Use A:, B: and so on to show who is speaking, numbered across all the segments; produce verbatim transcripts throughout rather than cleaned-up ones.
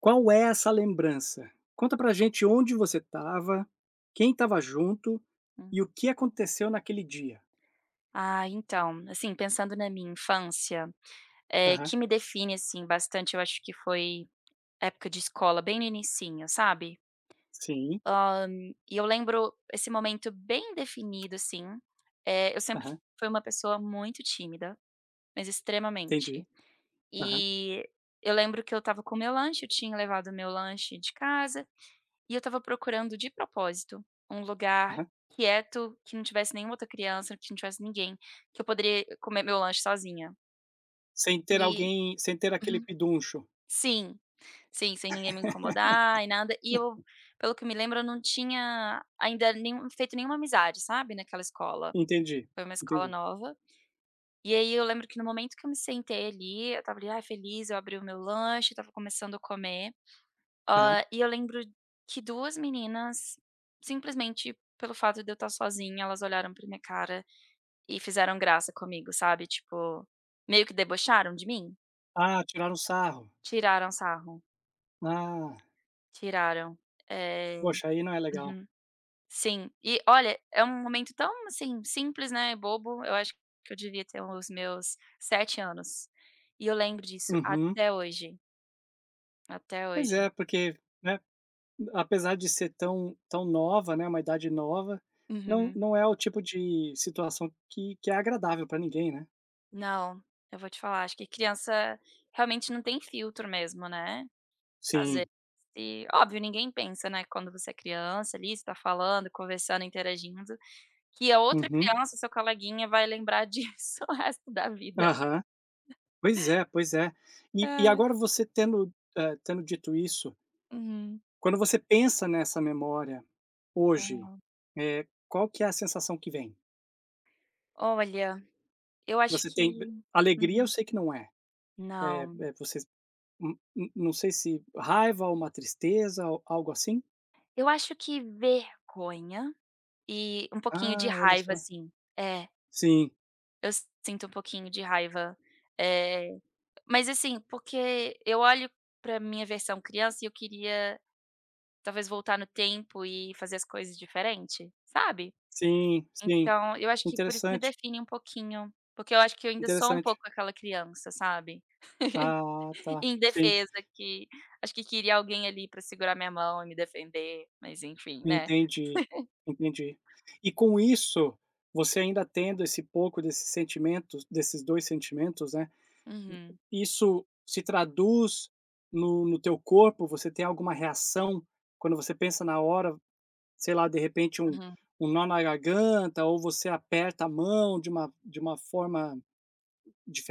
A: Qual é essa lembrança? Conta pra gente onde você estava, quem estava junto
B: Hum.
A: e o que aconteceu naquele dia.
B: Ah, então, assim, pensando na minha infância, eh,
A: Aham.
B: que me define, assim, bastante, eu acho que foi época de escola, bem no inicinho, sabe.
A: Sim.
B: Hã, e eu lembro esse momento bem definido, assim, eh, eu sempre
A: Aham.
B: fui uma pessoa muito tímida, mas
A: Entendi.
B: extremamente.
A: Aham.
B: E eu lembro que eu estava com meu lanche, eu tinha levado meu lanche de casa, e eu estava procurando de propósito um lugar
A: Aham.
B: quieto, que não tivesse nenhuma outra criança, que não tivesse ninguém, que eu poderia comer meu lanche sozinha.
A: Sem ter
B: E
A: alguém sem ter aquele
B: uhum.
A: peduncho.
B: Sim, sim, sem ninguém me incomodar e nada. E eu, pelo que me lembro, eu não tinha ainda nenhum feito nenhuma amizade, sabe, naquela escola.
A: Entendi,
B: Foi uma escola
A: entendi.
B: nova. E aí eu lembro que no momento que eu me sentei ali, eu estava ali, ai, feliz, eu abri o meu lanche, estava começando a comer. Hã,
A: Aham.
B: e eu lembro que duas meninas, simplesmente pelo fato de eu estar sozinha, elas olharam pra minha cara e fizeram graça comigo, sabe, tipo, meio que debocharam de mim.
A: Ah, tiraram sarro.
B: Tiraram sarro,
A: Ah,
B: tiraram. Eh
A: poxa, aí não é legal.
B: uhum, sim. E olha, é um momento tão, assim, simples, né, bobo, eu acho que eu devia ter os meus sete anos. E eu lembro disso
A: Uhum.
B: até hoje, até
A: Pois
B: hoje.
A: é, porque, né, apesar de ser tão tão nova, né, uma idade nova, não
B: Uhum.
A: não é o tipo de situação que que é agradável para ninguém, né.
B: Não, eu vou te falar, acho que criança realmente não tem filtro mesmo, né, às vezes
A: Sim.
B: e óbvio, ninguém pensa, né, quando você é criança ali, você tá falando, conversando, interagindo, que a outra
A: Uhum.
B: criança, seu coleguinha, vai lembrar disso o resto da vida.
A: Aham. Pois é, pois é. E e
B: É.
A: agora você tendo, eh, tendo dito isso,
B: Uhum.
A: quando você pensa nessa memória hoje,
B: Ah.
A: eh, qual que é a sensação que vem?
B: Olha, eu acho
A: Você
B: que
A: tem alegria, eu
B: uhum.
A: sei que não é. É
B: Não.
A: eh, você, hum hum, não sei se raiva ou uma tristeza ou algo assim?
B: Eu acho que vergonha e um pouquinho de
A: Ah, olha
B: raiva,
A: só.
B: assim. É,
A: Sim,
B: eu sinto um pouquinho de raiva, eh mas assim, porque eu olho pra minha versão criança e eu queria talvez voltar no tempo e fazer as coisas diferente, sabe?
A: sim, sim.
B: Então, eu acho que por isso me
A: Interessante,
B: define um pouquinho, porque eu acho que eu ainda sou um
A: interessante.
B: pouco aquela criança, sabe?
A: Ah, tá. Sim.
B: Indefesa que acho que queria alguém ali pra segurar minha mão e me defender, mas enfim, né?
A: Entendi, entendi. E com isso, você ainda tendo esse pouco desses sentimentos desses dois sentimentos, né,
B: Uhum,
A: isso se traduz no no teu corpo? Você tem alguma reação quando você pensa na hora, sei lá, de repente um
B: uhum,
A: um nó na garganta, ou você aperta a mão de uma de uma forma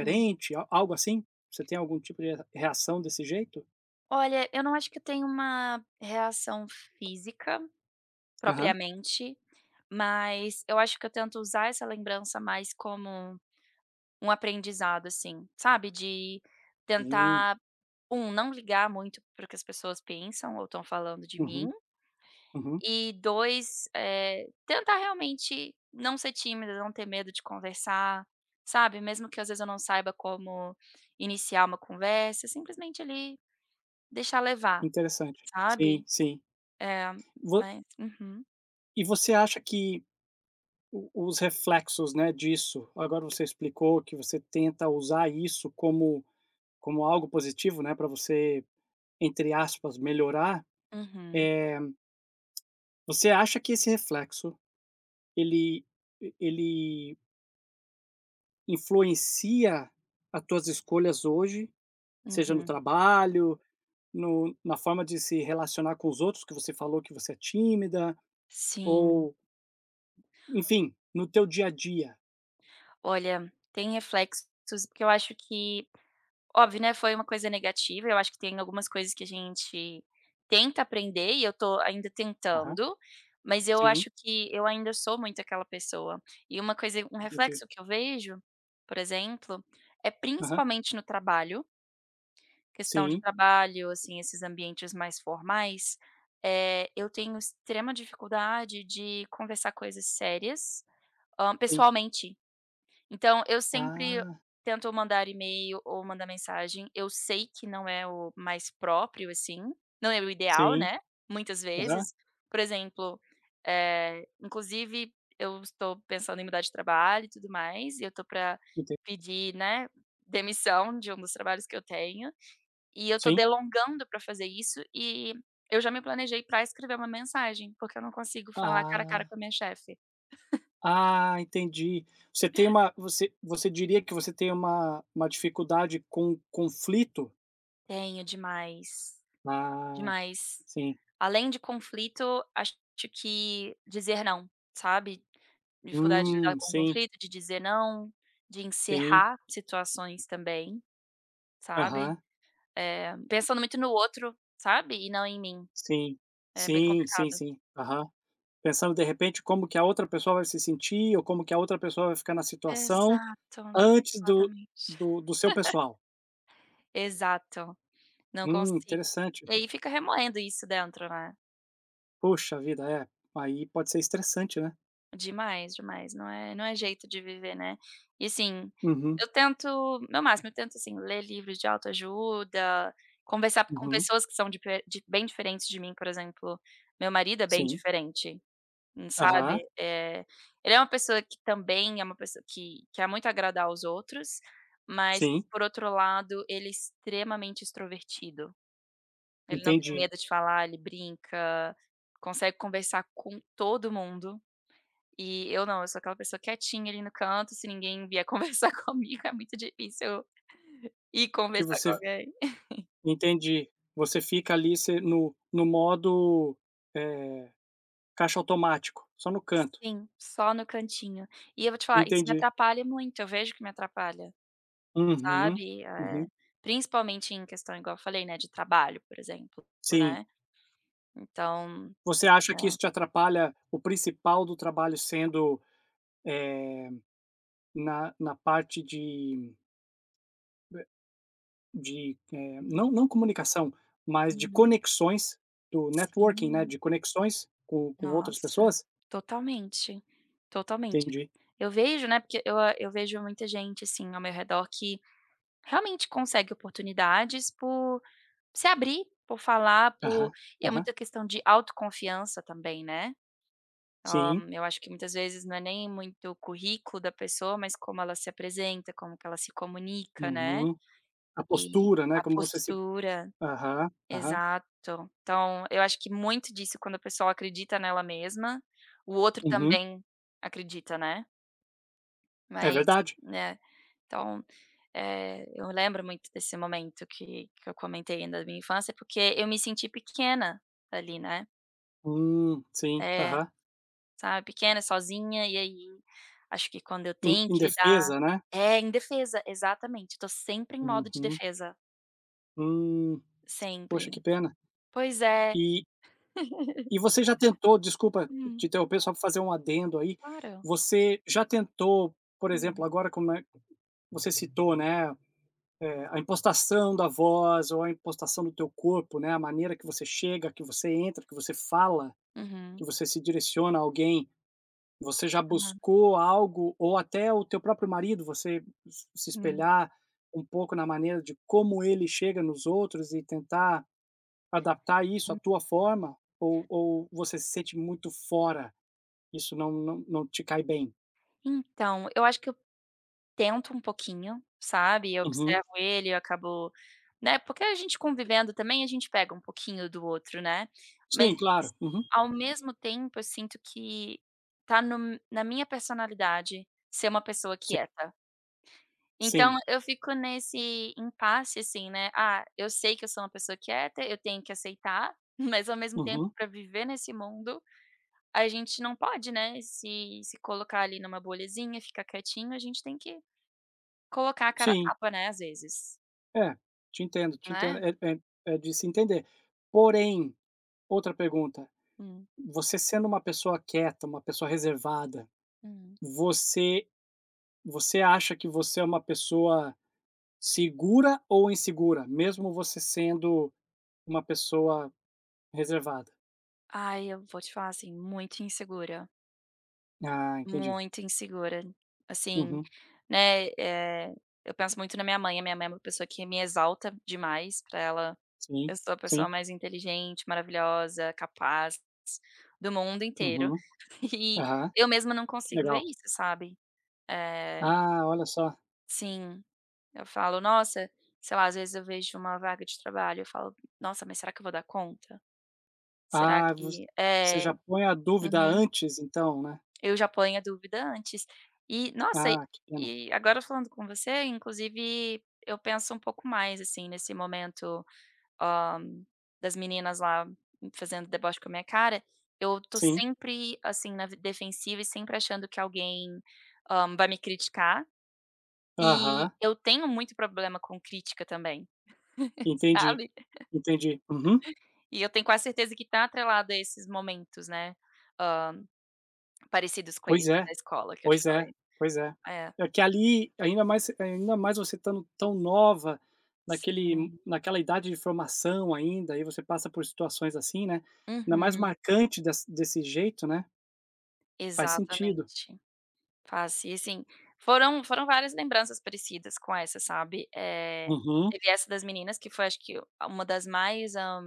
B: uhum.
A: a algo assim? Você tem algum tipo de reação desse jeito?
B: Olha, eu não acho que eu tenho uma reação física,
A: Aham.
B: propriamente, mas eu acho que eu tento usar essa lembrança mais como um aprendizado, assim, sabe, de
A: Sim.
B: tentar, um não ligar muito para o que as pessoas pensam ou estão falando de
A: Uhum,
B: mim,
A: uhum.
B: e dois, eh, tentar realmente não ser tímida, não ter medo de conversar, sabe, mesmo que às vezes eu não saiba como iniciar uma conversa, simplesmente ali deixar levar,
A: Interessante. Sim,
B: sabe.
A: sim.
B: É, mas uhum,
A: E você acha que o os reflexos, né, disso, agora você explicou que você tenta usar isso como como algo positivo, né, para você, entre aspas, "melhorar".
B: uhum,
A: Você acha que esse reflexo ele ele influencia as tuas escolhas hoje, seja no
B: uhum,
A: trabalho, no na forma de se relacionar com os outros, que você falou que você é tímida,
B: sim.
A: ou enfim, no teu dia a dia?
B: Olha, tem reflexos, porque eu acho que, óbvio, né, foi uma coisa negativa, eu acho que tem algumas coisas que a gente tenta aprender e eu tô ainda
A: Aham.
B: tentando, mas eu
A: Sim,
B: acho que eu ainda sou muito aquela pessoa. E uma coisa um
A: entendi.
B: reflexo que eu vejo, por exemplo, é
A: Aham.
B: principalmente no trabalho, questão de
A: Sim,
B: trabalho, assim, esses ambientes mais formais, eh, eu tenho extrema dificuldade de conversar coisas sérias, hã,
A: sim.
B: pessoalmente. Então eu sempre
A: Ah,
B: tento mandar e-mail ou mandar mensagem. Eu sei que não é o mais próprio, assim, não é o ideal,
A: sim.
B: né, muitas
A: Aham,
B: vezes. Por exemplo, eh, inclusive eu estou pensando em mudar de trabalho e tudo mais, e eu tô pra
A: enten
B: pedir, né, demissão de um dos trabalhos que eu tenho, e eu tô
A: sim.
B: delongando pra fazer isso, e eu já me planejei pra escrever uma mensagem, porque eu não consigo falar cara a cara
A: Ah.
B: com a minha chefe.
A: Ah, entendi. Você tem uma você você diria que você tem uma uma dificuldade com conflito?
B: Tenho demais.
A: Ah,
B: Demais.
A: sim.
B: Além de conflito, acho que dizer não, sabe. Dificuldade de lidar
A: Hum,
B: com
A: sim,
B: conflito, de dizer não, de
A: sim.
B: encerrar situações também, sabe.
A: Aham.
B: Eh, pensando muito no outro, sabe, e não em mim.
A: Sim.
B: É bem
A: Sim, sim,
B: complicado.
A: sim. Aham. Pensando, de repente, como que a outra pessoa vai se sentir ou como que a outra pessoa vai ficar na situação
B: Exato,
A: antes do
B: exatamente.
A: do do seu pessoal.
B: Exato, não
A: Hum,
B: consigo. E
A: interessante.
B: aí fica remoendo isso dentro, né.
A: Poxa vida, é. Aí pode ser estressante, né.
B: Demais, demais. Não é não é jeito de viver, né. E assim,
A: Uhum.
B: eu tento meu máximo, eu tento, assim, ler livros de autoajuda, conversar com
A: Uhum.
B: pessoas que são dife di bem diferentes de mim, por exemplo, meu marido é bem
A: Sim.
B: diferente, hum, sabe.
A: Aham.
B: Eh, ele é uma pessoa que também é uma pessoa que quer muito agradar aos outros, mas,
A: Sim,
B: por outro lado, ele é extremamente extrovertido. Ele não tem
A: entendi.
B: medo de falar, ele brinca, consegue conversar com todo mundo. E eu não, eu sou aquela pessoa quietinha ali no canto, se ninguém vier conversar comigo, é muito difícil eu ir
A: Que
B: conversar com
A: você
B: alguém.
A: Entendi. Você fica ali, você no no modo, eh, caixa automático, só no canto.
B: Sim, só no cantinho. E eu vou te falar, isso me
A: Entendi.
B: atrapalha muito, eu vejo que me atrapalha,
A: Uhum,
B: sabe. Eh,
A: uhum.
B: principalmente em questão, igual eu falei, né, de trabalho, por exemplo,
A: Sim.
B: né. Então,
A: Você acha
B: é.
A: que isso te atrapalha, o principal do trabalho sendo, eh, na na parte de de, eh,
B: Hum,
A: não não comunicação, mas de
B: uhum.
A: conexões, do networking, né,
B: Sim,
A: de conexões com com outras
B: nossa,
A: pessoas?
B: totalmente, totalmente.
A: Entendi.
B: Eu vejo, né, porque eu eu vejo muita gente, assim, ao meu redor que realmente consegue oportunidades por se abrir, por falar, por
A: Aham,
B: e é
A: aham.
B: muita questão de autoconfiança também, né. Hã,
A: Sim,
B: eu acho que muitas vezes não é nem muito o currículo da pessoa, mas como ela se apresenta, como que ela se comunica, né,
A: uhum. A
B: e
A: postura, né,
B: a
A: como você se
B: postura.
A: aham, aham,
B: Exato. Então, eu acho que muito disso quando a pessoa acredita nela mesma, o outro
A: uhum.
B: também acredita, né.
A: É
B: Mas,
A: verdade.
B: né, então Eh, eu lembro muito desse momento que que eu comentei ainda da minha infância, porque eu me senti pequena ali, né,
A: Hum, sim,
B: é,
A: aham.
B: sabe, pequena, sozinha, e aí acho que quando eu
A: em
B: tenho
A: em
B: que lidar
A: defesa, né.
B: é, em defesa, exatamente, tô sempre em modo de
A: Uhum.
B: defesa,
A: Hum, poxa,
B: sempre.
A: que pena.
B: Pois é.
A: E e você já tentou, desculpa
B: Hum,
A: te interromper, só para fazer um adendo aí,
B: claro.
A: você já tentou, por exemplo,
B: Hum.
A: agora como é você citou, né, eh, a impostação da voz ou a impostação do teu corpo, né, a maneira que você chega, que você entra, que você fala,
B: Uhum.
A: que você se direciona a alguém. Você já
B: Aham.
A: buscou algo, ou até o teu próprio marido, você s se
B: Hum.
A: espelhar um pouco na maneira de como ele chega nos outros e tentar adaptar isso à
B: Hum.
A: tua forma? Ou ou você se sente muito fora, isso não não não te cai bem?
B: Então, eu acho que tento um pouquinho, sabe, eu
A: Uhum.
B: observo ele, eu acabo né, porque a gente convivendo também, a gente pega um pouquinho do outro, né.
A: Sim,
B: Mas
A: claro. Uhum.
B: ao mesmo tempo eu sinto que tá no na minha personalidade ser uma pessoa
A: Sim.
B: quieta.
A: Sim.
B: Então eu fico nesse impasse, assim, né, ah, eu sei que eu sou uma pessoa quieta, eu tenho que aceitar, mas ao mesmo tempo
A: Uhum.
B: para viver nesse mundo, a gente não pode, né, se se colocar ali numa bolhazinha, ficar quietinho, a gente tem que colocar a cara a
A: Sim.
B: tapa, né, às vezes,
A: É, te entendo, te entendo.
B: né.
A: É é é de se entender. Porém, outra pergunta,
B: Hum,
A: você sendo uma pessoa quieta, uma pessoa reservada,
B: uhum.
A: você Você acha que você é uma pessoa segura ou insegura, mesmo você sendo uma pessoa reservada?
B: Ai, eu vou te falar, assim, muito insegura,
A: Ah, entendi.
B: muito insegura, assim,
A: Uhum.
B: né, eh, eu penso muito na minha mãe, a minha mãe é uma pessoa que me exalta demais, pra ela
A: Sim,
B: eu sou a pessoa
A: sim.
B: mais inteligente, maravilhosa, capaz do mundo inteiro,
A: Uhum.
B: e
A: Aham.
B: eu mesma não
A: Que
B: consigo ver
A: legal.
B: isso, sabe. Eh,
A: Ah, olha só.
B: sim, eu falo: "Nossa", sei lá, às vezes eu vejo uma vaga de trabalho, eu falo: "Nossa, mas será que eu vou dar conta?". Será
A: Ah, vo
B: que
A: você
B: é,
A: já põe a dúvida
B: uhum.
A: antes, então, né.
B: Eu já ponho a dúvida antes. E, nossa, e
A: Ah, que pena.
B: e agora falando com você, inclusive, eu penso um pouco mais, assim, nesse momento, hã, das meninas lá fazendo deboche com a minha cara, eu tô
A: Sim.
B: sempre, assim, na defensiva e sempre achando que alguém, hã, vai me criticar, e
A: Aham.
B: eu tenho muito problema com crítica também,
A: Entendi,
B: sabe.
A: entendi. Uhum.
B: E eu tenho quase certeza que tá atrelado a esses momentos, né, hã parecidos com
A: Pois
B: esse
A: é.
B: da escola que eu te
A: Pois é,
B: falei.
A: pois é.
B: É,
A: É que ali, ainda mais ainda mais você estando tão nova, naquele
B: sim.
A: naquela idade de formação ainda, aí você passa por situações assim, né, ainda mais
B: Uhum,
A: marcante des desse jeito, né, faz sentido.
B: exatamente. Faz e assim, foram foram várias lembranças parecidas com essa, sabe. Eh,
A: Uhum.
B: teve essa das meninas que foi acho que uma das mais, hã,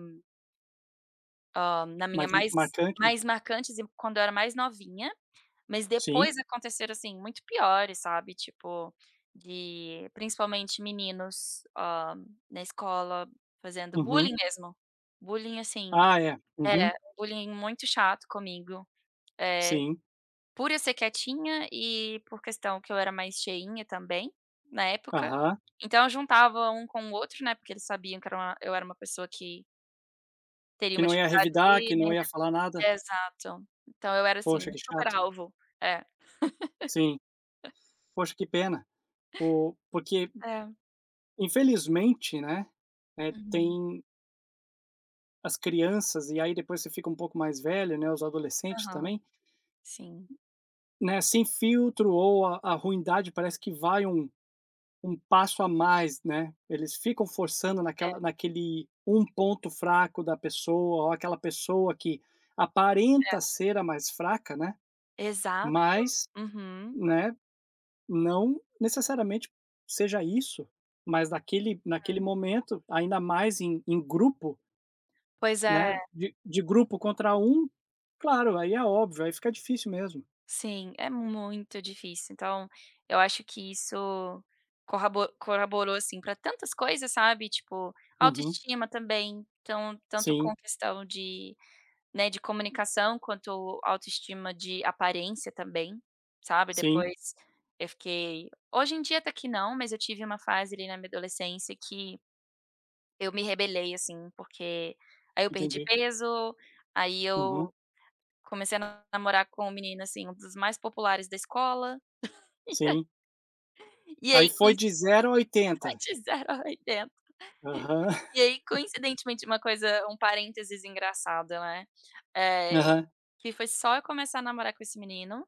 B: na minha
A: Mais
B: mais
A: marcante.
B: mais marcantes e quando eu era mais novinha, mas
A: Sim.
B: depois aconteceram, assim, muito piores, sabe, tipo, de principalmente meninos, hã, na escola fazendo
A: Uhum.
B: bullying mesmo. Bullying, assim
A: Ah, é.
B: é,
A: Uhum.
B: um bullying muito chato comigo, é
A: Sim.
B: por eu ser quietinha e por questão que eu era mais cheinha também, na época,
A: Aham.
B: então eu juntava um com o outro, né, porque eles sabiam que era uma eu era uma pessoa que teria
A: Que
B: uma
A: não ia
B: dificuldade
A: revidar,
B: ali,
A: que
B: né
A: não ia falar nada.
B: é, exato. Então eu era, assim,
A: Poxa,
B: um
A: que
B: super
A: chato.
B: alvo. É.
A: Sim. Poxa, que pena. O porque
B: É.
A: infelizmente, né, é,
B: Uhum.
A: tem as crianças, e aí depois você fica um pouco mais velho, né, os adolescentes
B: Aham.
A: também,
B: Sim.
A: né, sem filtro, ou a, a ruindade parece que vai um, um passo a mais, né? Eles ficam forçando
B: É,
A: naquela, naquele um ponto fraco da pessoa, ou aquela pessoa que
B: é.
A: aparenta ser a mais fraca, né?
B: Exato.
A: Mas,
B: Uhum,
A: né, não necessariamente seja isso, mas naquele, naquele
B: hum.
A: momento, ainda mais em, em grupo.
B: Pois é.
A: Né, de de grupo contra um, claro, aí é óbvio, aí fica difícil mesmo.
B: Sim, é muito difícil. Então, eu acho que isso corrabo corroborou, assim, para tantas coisas, sabe, tipo,
A: Uhum.
B: autoestima também, então, tanto com
A: Sim,
B: questão de, né, de comunicação, quanto autoestima de aparência também, sabe,
A: sim,
B: depois eu fiquei hoje em dia até que não, mas eu tive uma fase ali na minha adolescência que eu me rebelei, assim, porque aí eu perdi
A: entendi.
B: peso, aí
A: Uhum,
B: eu comecei a namorar com um menino, assim, um dos mais populares da escola,
A: sim.
B: e
A: Aí
B: aí
A: foi
B: coinci
A: de zero a
B: ai
A: oitenta
B: de a oitenta.
A: Aham.
B: E aí, coincidentemente, uma coisa um parênteses engraçado, né, eh,
A: Aham,
B: que foi só eu começar a namorar com esse menino,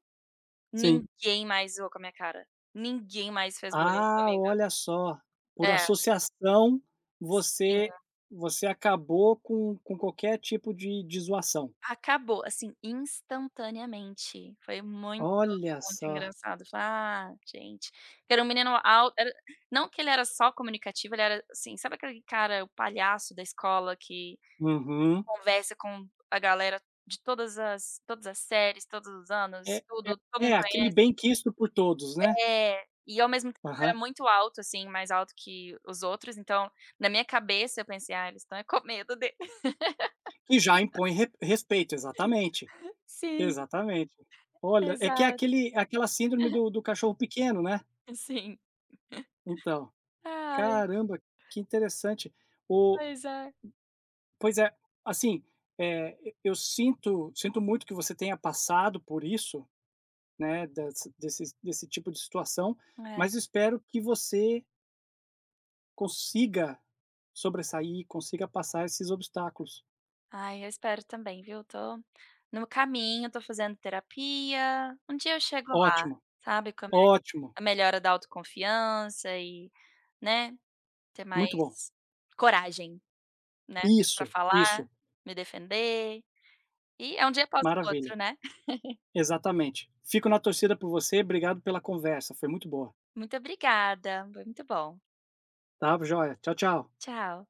A: sim.
B: ninguém mais zoou com a minha cara, ninguém mais fez bullying
A: Ah,
B: comigo.
A: olha só, por
B: É,
A: associação,
B: sim.
A: você você acabou com com qualquer tipo de de zoação.
B: Acabou, assim, instantaneamente. Foi muito,
A: Olha
B: muito
A: só.
B: engraçado. Falei: "Ah, gente". Porque era um menino alto era não que ele era só comunicativo, ele era, assim, sabe aquele cara, o palhaço da escola que
A: Uhum.
B: conversa com a galera de todas as todas as séries, todos os anos,
A: É
B: tudo, todo
A: é
B: mundo
A: aquele
B: conhece?
A: bem quisto por todos, né.
B: É. E ao mesmo tempo
A: Aham.
B: era muito alto, assim, mais alto que os outros, então na minha cabeça eu pensei: "Ah, eles estão é com medo dele".
A: Que já impõe re respeito, exatamente.
B: Sim,
A: Exatamente. Olha, é que é
B: exato.
A: aquele aquela síndrome do do cachorro pequeno, né.
B: Sim.
A: Então,
B: Ai,
A: caramba, que interessante. O
B: pois é.
A: pois é, assim, eh, e eu sinto sinto muito que você tenha passado por isso, né, das desses desse tipo de situação,
B: É.
A: mas espero que você consiga sobressair, consiga passar esses obstáculos.
B: Ai, eu espero também, viu. Tô no caminho, tô fazendo terapia. Um dia eu chego lá,
A: Ótimo,
B: sabe, com a me
A: ótimo,
B: a melhora da autoconfiança e, né, ter
A: muito bom.
B: mais coragem, né, pra
A: Isso,
B: falar,
A: isso,
B: me defender. E é um dia após o outro,
A: maravilha.
B: né.
A: Exatamente. Fico na torcida por você. Obrigado pela conversa, foi muito boa.
B: Muito obrigada, foi muito bom.
A: Tá, joia. Tchau, tchau.
B: Tchau.